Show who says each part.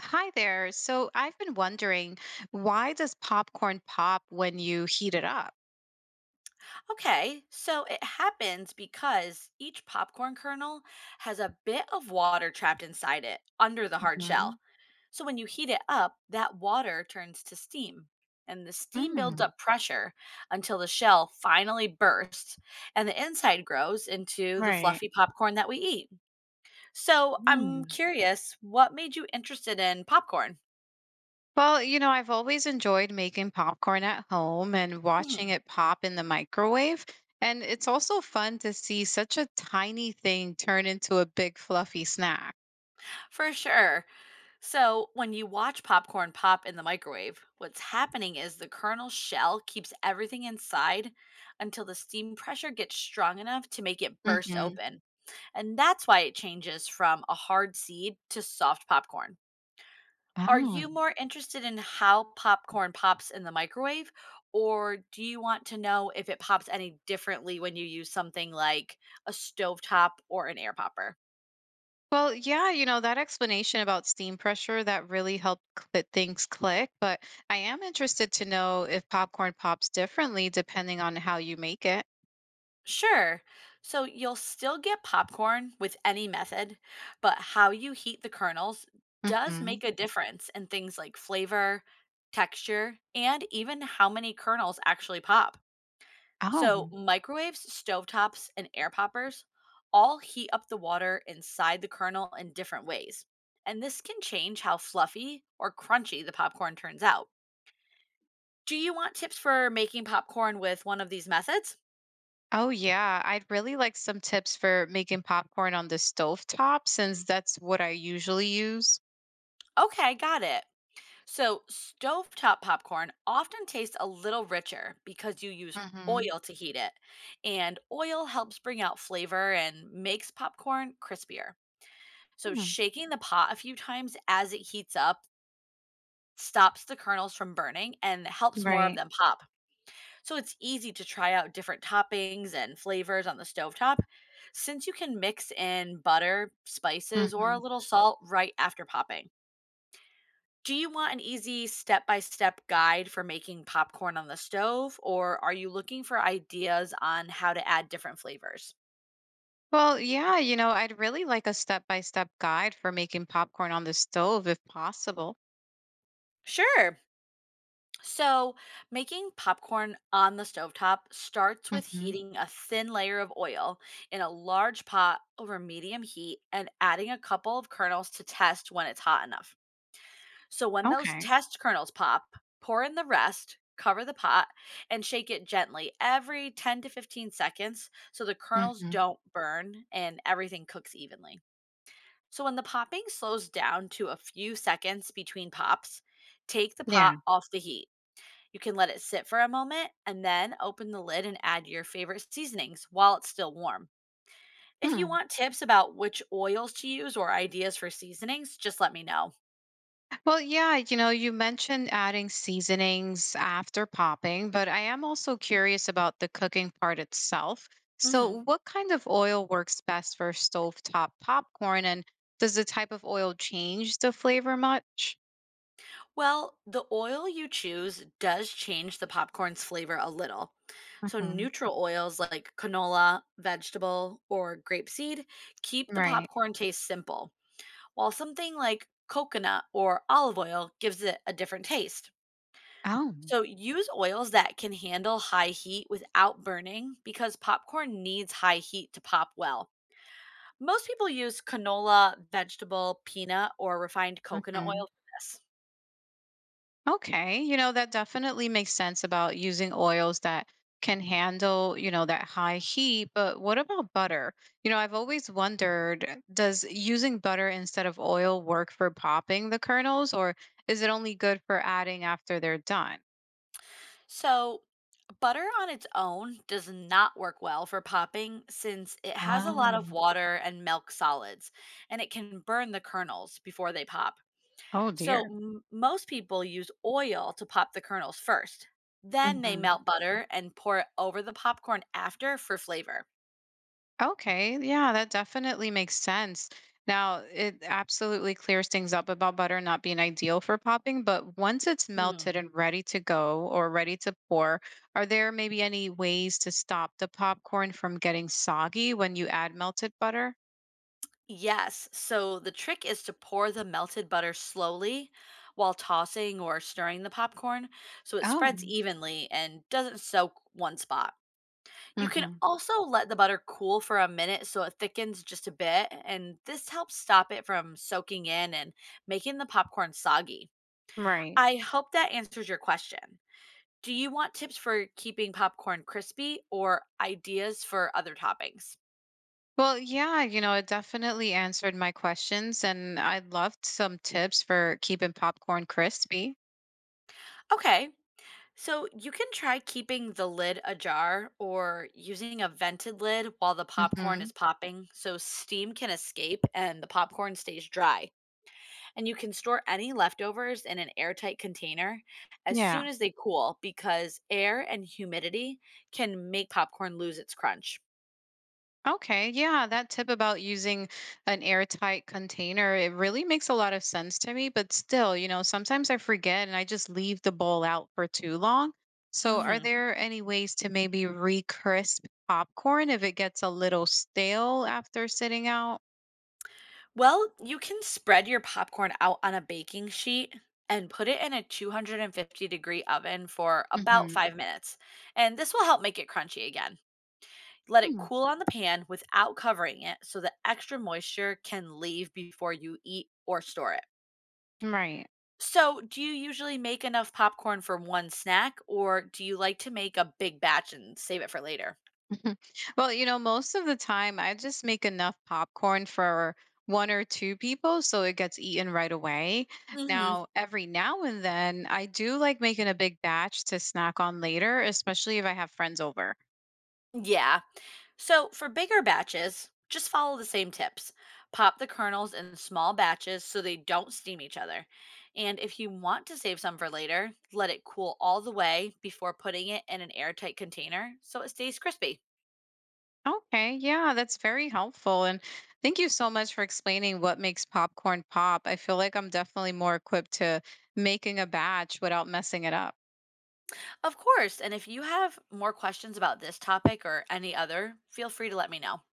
Speaker 1: Hi there. So I've been wondering, why does popcorn pop when you heat it up?
Speaker 2: Okay, so it happens because each popcorn kernel has a bit of water trapped inside it under the hard shell.
Speaker 1: Hmm.
Speaker 2: So when you heat it up, that water turns to steam. And the steam builds
Speaker 1: Mm.
Speaker 2: up pressure until the shell finally bursts and the inside grows into the
Speaker 1: Right.
Speaker 2: fluffy popcorn that we eat. So I'm
Speaker 1: Mm.
Speaker 2: curious, what made you interested in popcorn?
Speaker 1: Well, I've always enjoyed making popcorn at home and watching
Speaker 2: Mhm.
Speaker 1: it pop in the microwave. And it's also fun to see such a tiny thing turn into a big fluffy snack.
Speaker 2: For sure. So, when you watch popcorn pop in the microwave, what's happening is the kernel shell keeps everything inside until the steam pressure gets strong enough to make it burst
Speaker 1: Mm-hmm.
Speaker 2: open. And that's why it changes from a hard seed to soft popcorn. Are you more interested in how popcorn pops in the microwave, or do you want to know if it pops any differently when you use something like a stovetop or an air popper?
Speaker 1: Well, yeah, that explanation about steam pressure that really helped things click, but I am interested to know if popcorn pops differently depending on how you make it.
Speaker 2: Sure. So you'll still get popcorn with any method, but how you heat the kernels does
Speaker 1: Hmm.
Speaker 2: make a difference in things like flavor, texture, and even how many kernels actually pop.
Speaker 1: Oh.
Speaker 2: So microwaves, stovetops, and air poppers all heat up the water inside the kernel in different ways. And this can change how fluffy or crunchy the popcorn turns out. Do you want tips for making popcorn with one of these methods?
Speaker 1: Oh yeah, I'd really like some tips for making popcorn on the stove top since that's what I usually use.
Speaker 2: Okay, got it. So, stovetop popcorn often tastes a little richer because you use
Speaker 1: Hmm.
Speaker 2: oil to heat it, and oil helps bring out flavor and makes popcorn crispier. So, shaking the pot a few times as it heats up stops the kernels from burning and helps more of
Speaker 1: Right.
Speaker 2: them pop. So, it's easy to try out different toppings and flavors on the stovetop since you can mix in butter, spices, or a
Speaker 1: Hmm.
Speaker 2: little salt right after popping. Do you want an easy step by step guide for making popcorn on the stove, or are you looking for ideas on how to add different flavors?
Speaker 1: Well, yeah, I'd really like a step-by-step guide for making popcorn on the stove if possible.
Speaker 2: Sure. So, making popcorn on the stovetop starts with
Speaker 1: Hmm.
Speaker 2: heating a thin layer of oil in a large pot over medium heat and adding a couple of kernels to test when it's hot enough. So when those
Speaker 1: Okay.
Speaker 2: test kernels pop, pour in the rest, cover the pot, and shake it gently every 10 to 15 seconds so the kernels
Speaker 1: Hmm.
Speaker 2: don't burn and everything cooks evenly. So when the popping slows down to a few seconds between pops, take the
Speaker 1: Yeah.
Speaker 2: pot off the heat. You can let it sit for a moment and then open the lid and add your favorite seasonings while it's still warm. If you
Speaker 1: Hmm.
Speaker 2: want tips about which oils to use or ideas for seasonings, just let me know.
Speaker 1: Well, yeah, you mentioned adding seasonings after popping, but I am also curious about the cooking part itself. So,
Speaker 2: Mhm.
Speaker 1: what kind of oil works best for stovetop popcorn, and does the type of oil change the flavor much?
Speaker 2: Well, the oil you choose does change the popcorn's flavor a little. So,
Speaker 1: Hmm.
Speaker 2: neutral oils like canola, vegetable, or grapeseed keep
Speaker 1: Right.
Speaker 2: the
Speaker 1: Right.
Speaker 2: popcorn taste simple, while something like coconut or olive oil gives it a different taste.
Speaker 1: Oh.
Speaker 2: So, use oils that can handle high heat without burning because popcorn needs high heat to pop well. Most people use canola, vegetable, peanut, or refined coconut
Speaker 1: Mhm.
Speaker 2: oil for this.
Speaker 1: Okay, that definitely makes sense about using oils that can handle, that high heat. But what about butter? I've always wondered, does using butter instead of oil work for popping the kernels, or is it only good for adding after they're done?
Speaker 2: So, butter on its own does not work well for popping since it has a
Speaker 1: Ah.
Speaker 2: lot of water and milk solids, and it can burn the kernels before they pop.
Speaker 1: Oh
Speaker 2: So,
Speaker 1: dear.
Speaker 2: most people use oil to pop the kernels first. Then they melt butter and pour it over the popcorn after for flavor.
Speaker 1: Okay, yeah, that definitely makes sense. Now, it absolutely clears things up about butter not being ideal for popping, but once it's
Speaker 2: Mm.
Speaker 1: melted and ready to go or ready to pour, are there maybe any ways to stop the popcorn from getting soggy when you add melted butter?
Speaker 2: Yes, so the trick is to pour the melted butter slowly while tossing or stirring the popcorn so it
Speaker 1: Oh.
Speaker 2: spreads evenly and doesn't soak one spot. You can
Speaker 1: Hmm.
Speaker 2: also let the butter cool for a minute so it thickens just a bit, and this helps stop it from soaking in and making the popcorn soggy.
Speaker 1: Right.
Speaker 2: I hope that answers your question. Do you want tips for keeping popcorn crispy or ideas for other toppings?
Speaker 1: Well, yeah, it definitely answered my questions, and I loved some tips for keeping popcorn crispy.
Speaker 2: Okay, so you can try keeping the lid ajar or using a vented lid while the popcorn
Speaker 1: Hmm.
Speaker 2: is popping so steam can escape and the popcorn stays dry. And you can store any leftovers in an airtight container as
Speaker 1: Yeah.
Speaker 2: soon as they cool because air and humidity can make popcorn lose its crunch.
Speaker 1: Okay, yeah, that tip about using an airtight container, it really makes a lot of sense to me, but still, sometimes I forget and I just leave the bowl out for too long. So, are
Speaker 2: Hmm.
Speaker 1: there any ways to maybe re-crisp popcorn if it gets a little stale after sitting out?
Speaker 2: Well, you can spread your popcorn out on a baking sheet and put it in a 250-degree oven for about
Speaker 1: Mhm.
Speaker 2: 5 minutes. And this will help make it crunchy again. Let it
Speaker 1: Hmm.
Speaker 2: cool on the pan without covering it so the extra moisture can leave before you eat or store it.
Speaker 1: Right.
Speaker 2: So, do you usually make enough popcorn for one snack, or do you like to make a big batch and save it for later?
Speaker 1: Well, most of the time I just make enough popcorn for one or two people so it gets eaten right away.
Speaker 2: Mhm.
Speaker 1: Now, every now and then I do like making a big batch to snack on later, especially if I have friends over.
Speaker 2: Yeah. So, for bigger batches, just follow the same tips. Pop the kernels in small batches so they don't steam each other. And if you want to save some for later, let it cool all the way before putting it in an airtight container so it stays crispy.
Speaker 1: Okay, yeah, that's very helpful and thank you so much for explaining what makes popcorn pop. I feel like I'm definitely more equipped to making a batch without messing it up.
Speaker 2: Of course, and if you have more questions about this topic or any other, feel free to let me know.